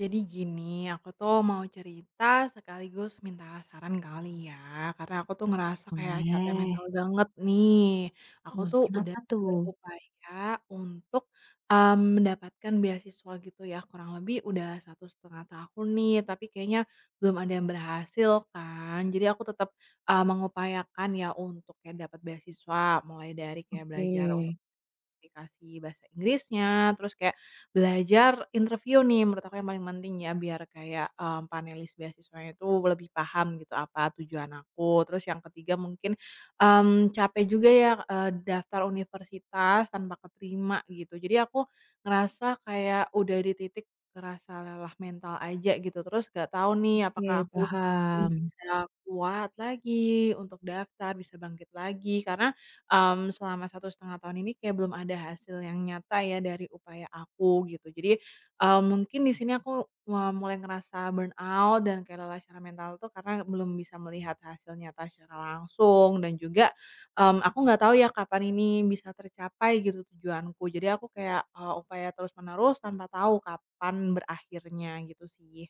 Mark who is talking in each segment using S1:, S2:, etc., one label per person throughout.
S1: Jadi gini, aku tuh mau cerita sekaligus minta saran kali ya, karena aku tuh ngerasa kayak capek
S2: Boleh.
S1: mental banget nih. Aku
S2: Wah,
S1: tuh udah
S2: kenapa tuh?
S1: berupaya untuk, mendapatkan beasiswa gitu ya, kurang lebih udah 1,5 tahun nih, tapi kayaknya belum ada yang berhasil kan. Jadi aku tetap, mengupayakan ya untuk kayak dapat beasiswa, mulai dari kayak
S2: Oke,
S1: belajar aplikasi bahasa Inggrisnya, terus kayak belajar interview nih menurut aku yang paling penting ya biar kayak, panelis beasiswanya itu lebih paham gitu apa tujuan aku. Terus yang ketiga mungkin, capek juga ya, daftar universitas tanpa keterima gitu. Jadi aku ngerasa kayak udah di titik ngerasa lelah mental aja gitu, terus gak tahu nih apakah
S2: oke,
S1: aku
S2: paham.
S1: bisa kuat lagi untuk daftar, bisa bangkit lagi karena, selama 1,5 tahun ini kayak belum ada hasil yang nyata ya dari upaya aku gitu. Jadi, mungkin di sini aku mulai ngerasa burnout dan kayak lelah secara mental tuh karena belum bisa melihat hasil nyata secara langsung dan juga, aku nggak tahu ya kapan ini bisa tercapai gitu tujuanku. Jadi aku kayak, upaya terus-menerus tanpa tahu kapan berakhirnya gitu sih.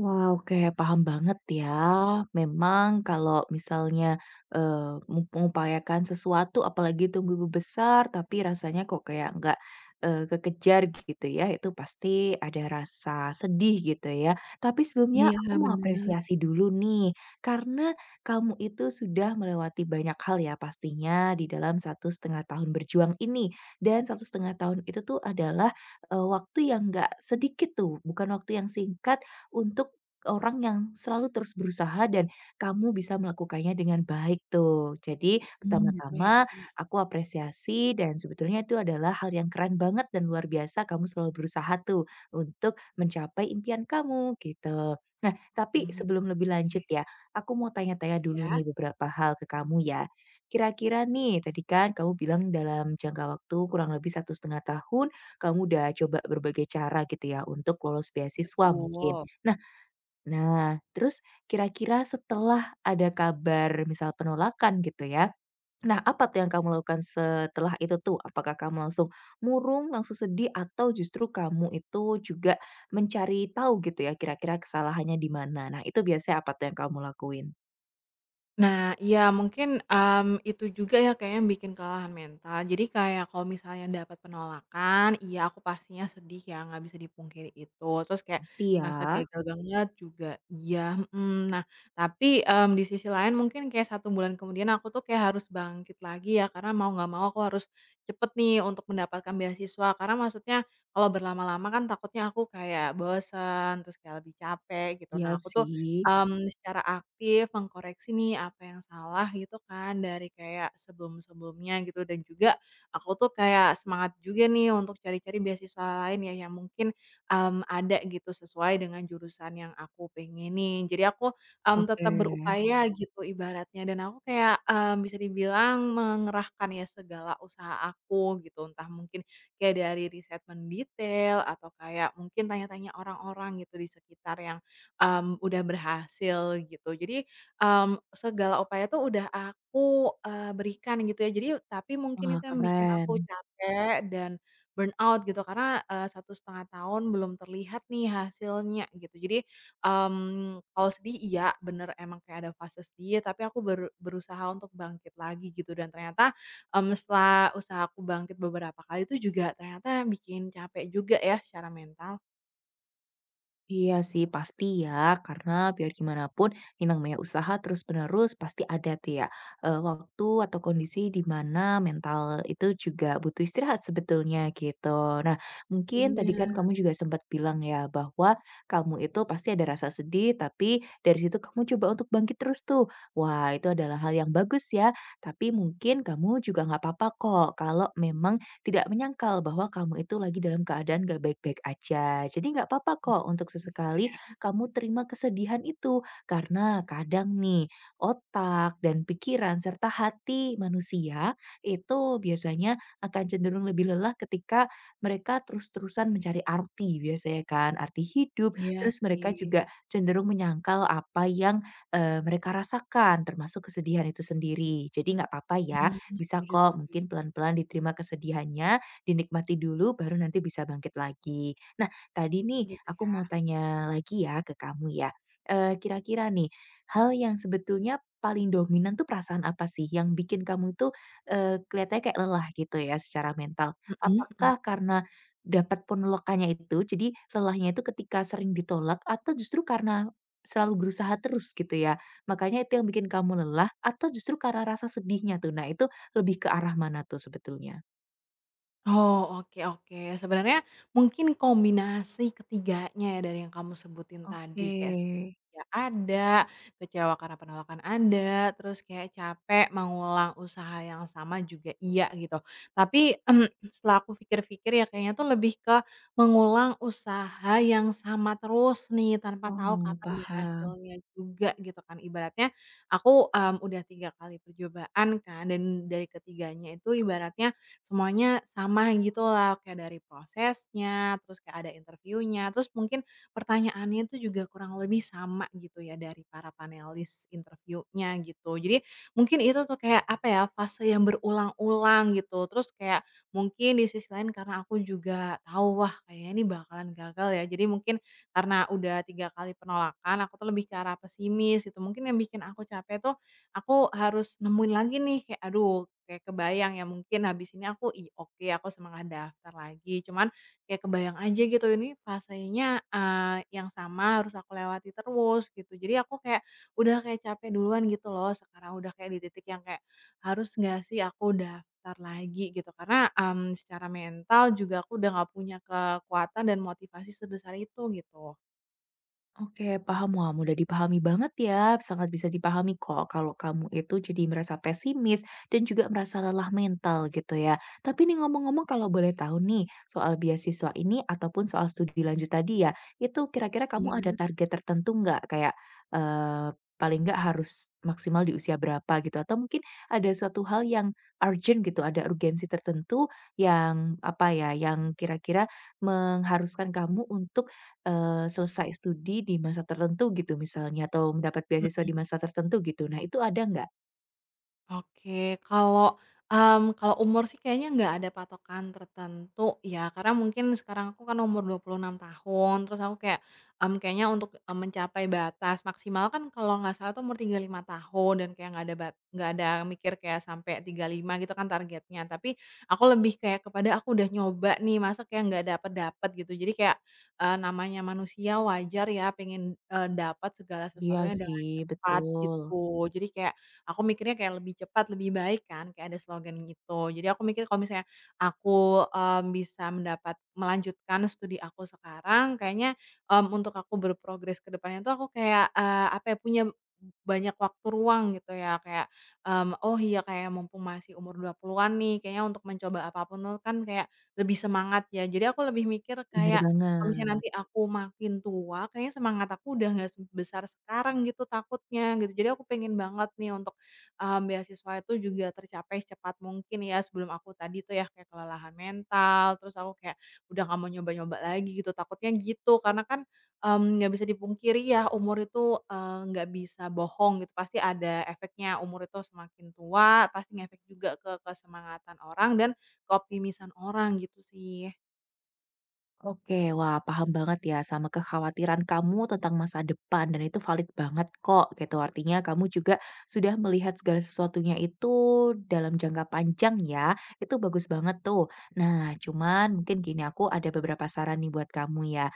S2: Wah, oke, paham banget ya. Memang kalau misalnya, mengupayakan sesuatu apalagi tumbuh besar tapi rasanya kok kayak nggak, kekejar gitu ya, itu pasti ada rasa sedih gitu ya. Tapi sebelumnya aku
S1: Iya
S2: mau
S1: benar.
S2: apresiasi dulu nih, karena kamu itu sudah melewati banyak hal ya pastinya di dalam satu setengah tahun berjuang ini. Dan satu setengah tahun itu tuh adalah, waktu yang nggak sedikit tuh, bukan waktu yang singkat untuk ke orang yang selalu terus berusaha dan kamu bisa melakukannya dengan baik tuh. Jadi
S1: Gitu ya.
S2: pertama-tama aku apresiasi dan sebetulnya itu adalah hal yang keren banget dan luar biasa kamu selalu berusaha tuh untuk mencapai impian kamu gitu. Nah, tapi
S1: Mhm,
S2: sebelum lebih lanjut ya, aku mau tanya-tanya dulu
S1: iya,
S2: nih beberapa hal ke kamu ya. Kira-kira nih, tadi kan kamu bilang dalam jangka waktu kurang lebih satu setengah tahun, kamu udah coba berbagai cara gitu ya untuk lolos beasiswa
S1: betul.
S2: mungkin. Nah, Nah, terus kira-kira setelah ada kabar misal penolakan gitu ya, nah apa tuh yang kamu lakukan setelah itu tuh? Apakah kamu langsung murung, langsung sedih, atau justru kamu itu juga mencari tahu gitu ya kira-kira kesalahannya di mana? Nah, itu biasanya apa tuh yang kamu lakuin?
S1: Nah, iya mungkin, itu juga ya kayak yang bikin kelelahan mental. Jadi kayak kalau misalnya dapat penolakan, iya aku pastinya sedih ya, nggak bisa dipungkiri itu. Terus kayak
S2: Pasti ya?
S1: ngerasa gagal banget juga, iya, mhm. Nah, tapi, di sisi lain mungkin kayak satu bulan kemudian aku tuh kayak harus bangkit lagi ya, karena mau nggak mau aku harus cepet nih untuk mendapatkan beasiswa. Karena maksudnya kalau berlama-lama kan takutnya aku kayak bosen, terus kayak lebih capek gitu.
S2: Iya
S1: Nah, aku tuh
S2: sih.
S1: Secara aktif mengkoreksi nih apa yang salah gitu kan dari kayak sebelum-sebelumnya gitu dan juga aku tuh kayak semangat juga nih untuk cari-cari beasiswa lain ya yang mungkin, ada gitu sesuai dengan jurusan yang aku pengenin. Jadi aku,
S2: Oke.
S1: tetap berupaya gitu ibaratnya dan aku kayak, bisa dibilang mengerahkan ya segala usaha aku gitu entah mungkin kayak dari riset mendetail atau kayak mungkin tanya-tanya orang-orang gitu di sekitar yang, udah berhasil gitu. Jadi, segala upaya tuh udah aku, berikan gitu ya. Jadi tapi mungkin
S2: Wah,
S1: itu yang bikin
S2: keren.
S1: aku capek dan burnout gitu karena, 1,5 tahun belum terlihat nih hasilnya gitu. Jadi, kalau sedih iya bener emang kayak ada fase sedih tapi aku berusaha untuk bangkit lagi gitu dan ternyata, setelah usaha aku bangkit beberapa kali itu juga ternyata bikin capek juga ya secara mental.
S2: Iya sih, pasti ya, karena biar gimana pun yang namanya usaha terus-menerus pasti ada tuh ya, waktu atau kondisi di mana mental itu juga butuh istirahat sebetulnya gitu. Nah, mungkin tadi kan
S1: Bener,
S2: kamu juga sempat bilang ya bahwa kamu itu pasti ada rasa sedih, tapi dari situ kamu coba untuk bangkit terus tuh. Wah, itu adalah hal yang bagus ya, tapi mungkin kamu juga nggak apa-apa kok kalau memang tidak menyangkal bahwa kamu itu lagi dalam keadaan gak baik-baik aja. Jadi nggak apa-apa kok untuk
S1: gitu
S2: sesekali
S1: ya.
S2: kamu terima kesedihan itu, karena kadang nih otak dan pikiran serta hati manusia itu biasanya akan cenderung lebih lelah ketika mereka terus-terusan mencari arti biasanya kan, arti hidup,
S1: Iya
S2: terus
S1: sih.
S2: mereka juga cenderung menyangkal apa yang, mereka rasakan termasuk kesedihan itu sendiri. Jadi nggak apa-apa ya,
S1: mmm,
S2: bisa
S1: Setuju
S2: kok
S1: setuju,
S2: mungkin pelan-pelan diterima kesedihannya, dinikmati dulu baru nanti bisa bangkit lagi. Nah, tadi nih
S1: gitu
S2: aku
S1: ya?
S2: mau tanya lagi ya ke kamu ya. Kira-kira nih, hal yang sebetulnya paling dominan tuh perasaan apa sih yang bikin kamu tuh, kelihatannya kayak lelah gitu ya secara mental?
S1: Mhm mhm.
S2: Apakah karena dapat penolakannya itu, jadi lelahnya itu ketika sering ditolak atau justru karena selalu berusaha terus gitu ya? Makanya itu yang bikin kamu lelah atau justru karena rasa sedihnya tuh? Nah itu lebih ke arah mana tuh sebetulnya?
S1: Oh, oke oke. Sebenarnya mungkin kombinasi ketiganya ya dari yang kamu sebutin
S2: Oke.
S1: tadi, kayak sedihnya ada, kecewa karena penolakan ada, terus kayak capek mengulang usaha yang sama juga iya gitu. Tapi, setelah aku pikir-pikir ya kayaknya tuh lebih ke mengulang usaha yang sama terus nih tanpa tahu
S2: Oh,
S1: kapan
S2: paham.
S1: berhasilnya juga gitu kan. Ibaratnya aku, udah 3 kali percobaan kan dan dari ketiganya itu ibaratnya semuanya sama gitulah, kayak dari prosesnya, terus kayak ada interviewnya, terus mungkin pertanyaannya itu juga kurang lebih sama gitu ya dari para panelis interviewnya gitu. Jadi mungkin itu tuh kayak apa ya, fase yang berulang-ulang gitu. Terus kayak mungkin di sisi lain karena aku juga tahu wah kayaknya ini bakalan gagal ya. Jadi mungkin karena udah 3 kali penolakan aku tuh lebih ke arah pesimis gitu. Mungkin yang bikin aku capek tuh aku harus nemuin lagi nih kayak aduh, kayak kebayang ya mungkin habis ini aku, oke aku semangat daftar lagi." Cuman kayak kebayang aja gitu ini fasenya, yang sama harus aku lewati terus gitu. Jadi aku kayak udah kayak capek duluan gitu loh, sekarang udah kayak di titik yang kayak, "Harus nggak sih aku daftar lagi?" Gitu. Karena, secara mental juga aku udah nggak punya kekuatan dan motivasi sebesar itu gitu.
S2: Oke, paham. Wah, mudah dipahami banget ya. Sangat bisa dipahami kok kalau kamu itu jadi merasa pesimis dan juga merasa lelah mental gitu ya. Tapi nih ngomong-ngomong kalau boleh tahu nih soal beasiswa ini ataupun soal studi lanjut tadi ya, itu kira-kira kamu ada
S1: Iya.
S2: target tertentu nggak? Kayak eh, paling nggak harus maksimal di usia berapa gitu atau mungkin ada suatu hal yang urgent gitu, ada urgensi tertentu yang apa ya, yang kira-kira mengharuskan kamu untuk selesai studi di masa tertentu gitu misalnya atau mendapat beasiswa
S1: Mhm.
S2: di masa tertentu gitu. Nah itu ada nggak?
S1: Oke, kalau, kalau umur sih kayaknya nggak ada patokan tertentu ya, karena mungkin sekarang aku kan umur 26 tahun, terus aku kayak, kayaknya untuk, mencapai batas maksimal kan kalau nggak salah tuh umur 35 tahun dan kayak nggak ada mikir kayak sampai 35 gitu kan targetnya. Tapi aku lebih kayak kepada aku udah nyoba nih, masa kayak nggak dapet-dapet gitu. Jadi kayak, namanya manusia wajar ya pengen, dapat segala
S2: Iya
S1: sesuatunya dengan
S2: sih,
S1: cepat
S2: betul.
S1: gitu. Jadi kayak aku mikirnya kayak lebih cepat, lebih baik kan, kayak ada slogan gitu. Jadi aku mikir kalau misalnya aku, bisa melanjutkan studi aku sekarang, kayaknya, untuk aku berprogres ke depannya tuh aku kayak, apa ya, punya banyak waktu ruang gitu ya, kayak, "Oh iya, kayak mumpung masih umur 20-an nih, kayaknya untuk mencoba apapun tuh kan kayak lebih semangat ya." Jadi aku lebih mikir
S2: Bener
S1: kayak kalau misalnya
S2: banget.
S1: nanti aku makin tua, kayaknya semangat aku udah nggak sebesar sekarang gitu takutnya gitu. Jadi aku pengen banget nih untuk, beasiswa itu juga tercapai secepat mungkin ya, sebelum aku tadi tuh ya kayak kelelahan mental, terus aku kayak udah nggak mau nyoba-nyoba lagi gitu, takutnya gitu. Karena kan, nggak bisa dipungkiri ya umur itu, nggak bisa bohong gitu, pasti ada efeknya. Umur itu semakin tua pasti ngefek juga ke kesemangatan orang dan keoptimisan orang gitu sih.
S2: Oke, wah paham banget ya sama kekhawatiran kamu tentang masa depan dan itu valid banget kok gitu. Artinya kamu juga sudah melihat segala sesuatunya itu dalam jangka panjang ya. Itu bagus banget tuh. Nah, cuman mungkin gini aku ada beberapa saran nih buat kamu ya.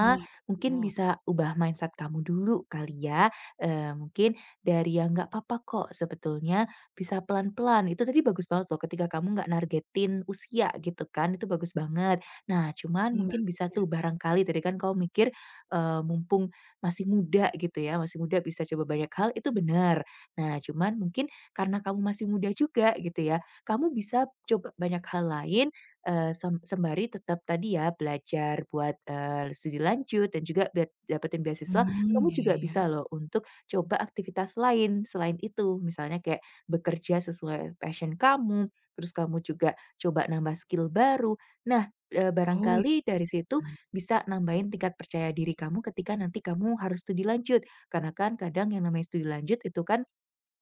S1: Oh, apa
S2: mungkin
S1: tuh?
S2: bisa ubah mindset kamu dulu kali ya. Eh, mungkin dari yang nggak apa-apa kok sebetulnya bisa pelan-pelan. Itu tadi bagus banget loh ketika kamu nggak nargetin usia gitu kan. Itu bagus banget. Nah, cuman mungkin
S1: Bagus
S2: bisa
S1: ya?
S2: tuh barangkali tadi kan kau mikir, mumpung masih muda gitu ya, masih muda bisa coba banyak hal, itu benar. Nah, cuman mungkin karena kamu masih muda juga gitu ya, kamu bisa coba banyak hal lain, sembari tetap tadi ya belajar buat, studi lanjut dan juga bet dapetin beasiswa,
S1: Hmm
S2: kamu
S1: ya
S2: juga
S1: ya.
S2: bisa loh untuk coba aktivitas lain selain itu. Misalnya kayak bekerja sesuai passion kamu, terus kamu juga coba nambah skill baru. Nah
S1: Oh, iya.
S2: barangkali dari situ
S1: Hmm,
S2: bisa nambahin tingkat percaya diri kamu ketika nanti kamu harus studi lanjut. Karena kan kadang yang namanya studi lanjut itu kan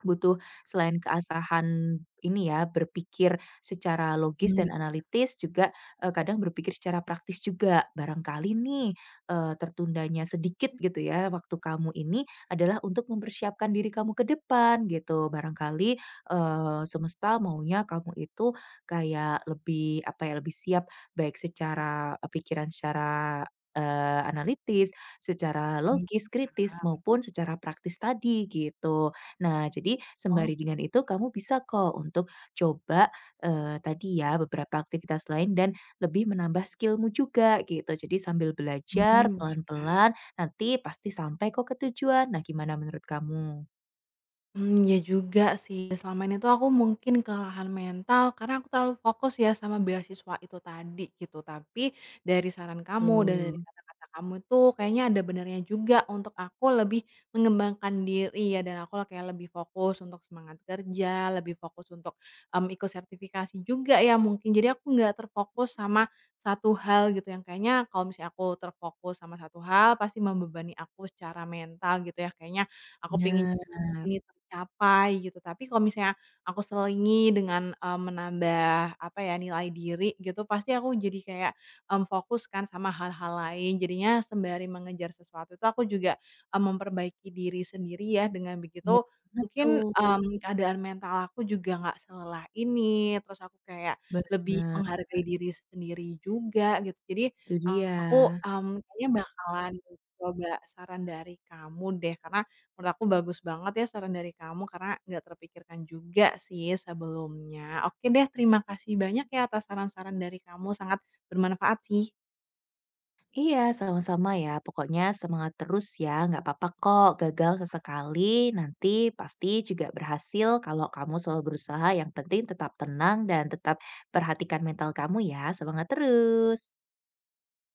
S2: butuh selain keasahan ini ya, berpikir secara logis dan
S1: benar-benar.
S2: analitis juga, kadang berpikir secara praktis juga. Barangkali nih, tertundanya sedikit gitu ya, waktu kamu ini adalah untuk mempersiapkan diri kamu ke depan gitu. Barangkali, semesta maunya kamu itu kayak lebih, apa ya, lebih siap baik secara, pikiran secara, analitis, secara
S1: Mmm,
S2: logis, kritis,
S1: Paham.
S2: maupun secara praktis tadi gitu. Nah, jadi sembari
S1: Oke.
S2: dengan itu kamu bisa kok untuk coba, tadi ya beberapa aktivitas lain dan lebih menambah skillmu juga gitu. Jadi sambil belajar
S1: Hmm ya.
S2: pelan-pelan nanti pasti sampai kok ke tujuan. Nah, gimana menurut kamu?
S1: Iya juga sih. Selama ini tuh aku mungkin kelelahan mental karena aku terlalu fokus ya sama beasiswa itu tadi gitu. Tapi dari saran kamu dan dari
S2: Oh.
S1: kata-kata kamu tuh kayaknya ada benarnya juga untuk aku lebih mengembangkan diri ya dan aku kayak lebih fokus untuk semangat kerja, lebih fokus untuk, ikut sertifikasi juga ya mungkin. Jadi aku nggak terfokus sama satu hal gitu yang kayaknya kalau misalnya aku terfokus sama satu hal pasti membebani aku secara mental gitu ya. Kayaknya aku pengen
S2: Bener,
S1: cep ini tercapai gitu. Tapi kalau misalnya aku selingi dengan, menambah apa ya, nilai diri gitu, pasti aku jadi kayak, fokus kan sama hal-hal lain. Jadinya sembari mengejar sesuatu itu aku juga, memperbaiki diri sendiri ya, dengan
S2: benar,
S1: begitu
S2: banget
S1: mungkin,
S2: tuh.
S1: keadaan mental aku juga nggak selelah ini, terus aku kayak lebih
S2: Bener,
S1: menghargai diri sendiri juga gitu. Jadi
S2: itu dia.
S1: aku, kayaknya bakalan coba saran dari kamu deh, karena menurut aku bagus banget ya saran dari kamu karena nggak terpikirkan juga sih sebelumnya. Oke deh, terima kasih banyak ya atas saran-saran dari kamu, sangat bermanfaat sih.
S2: Iya, sama-sama ya. Pokoknya semangat terus ya, nggak apa-apa kok. Gagal sesekali, nanti pasti juga berhasil kalau kamu selalu berusaha. Yang penting tetap tenang dan tetap perhatikan mental kamu ya. Semangat terus.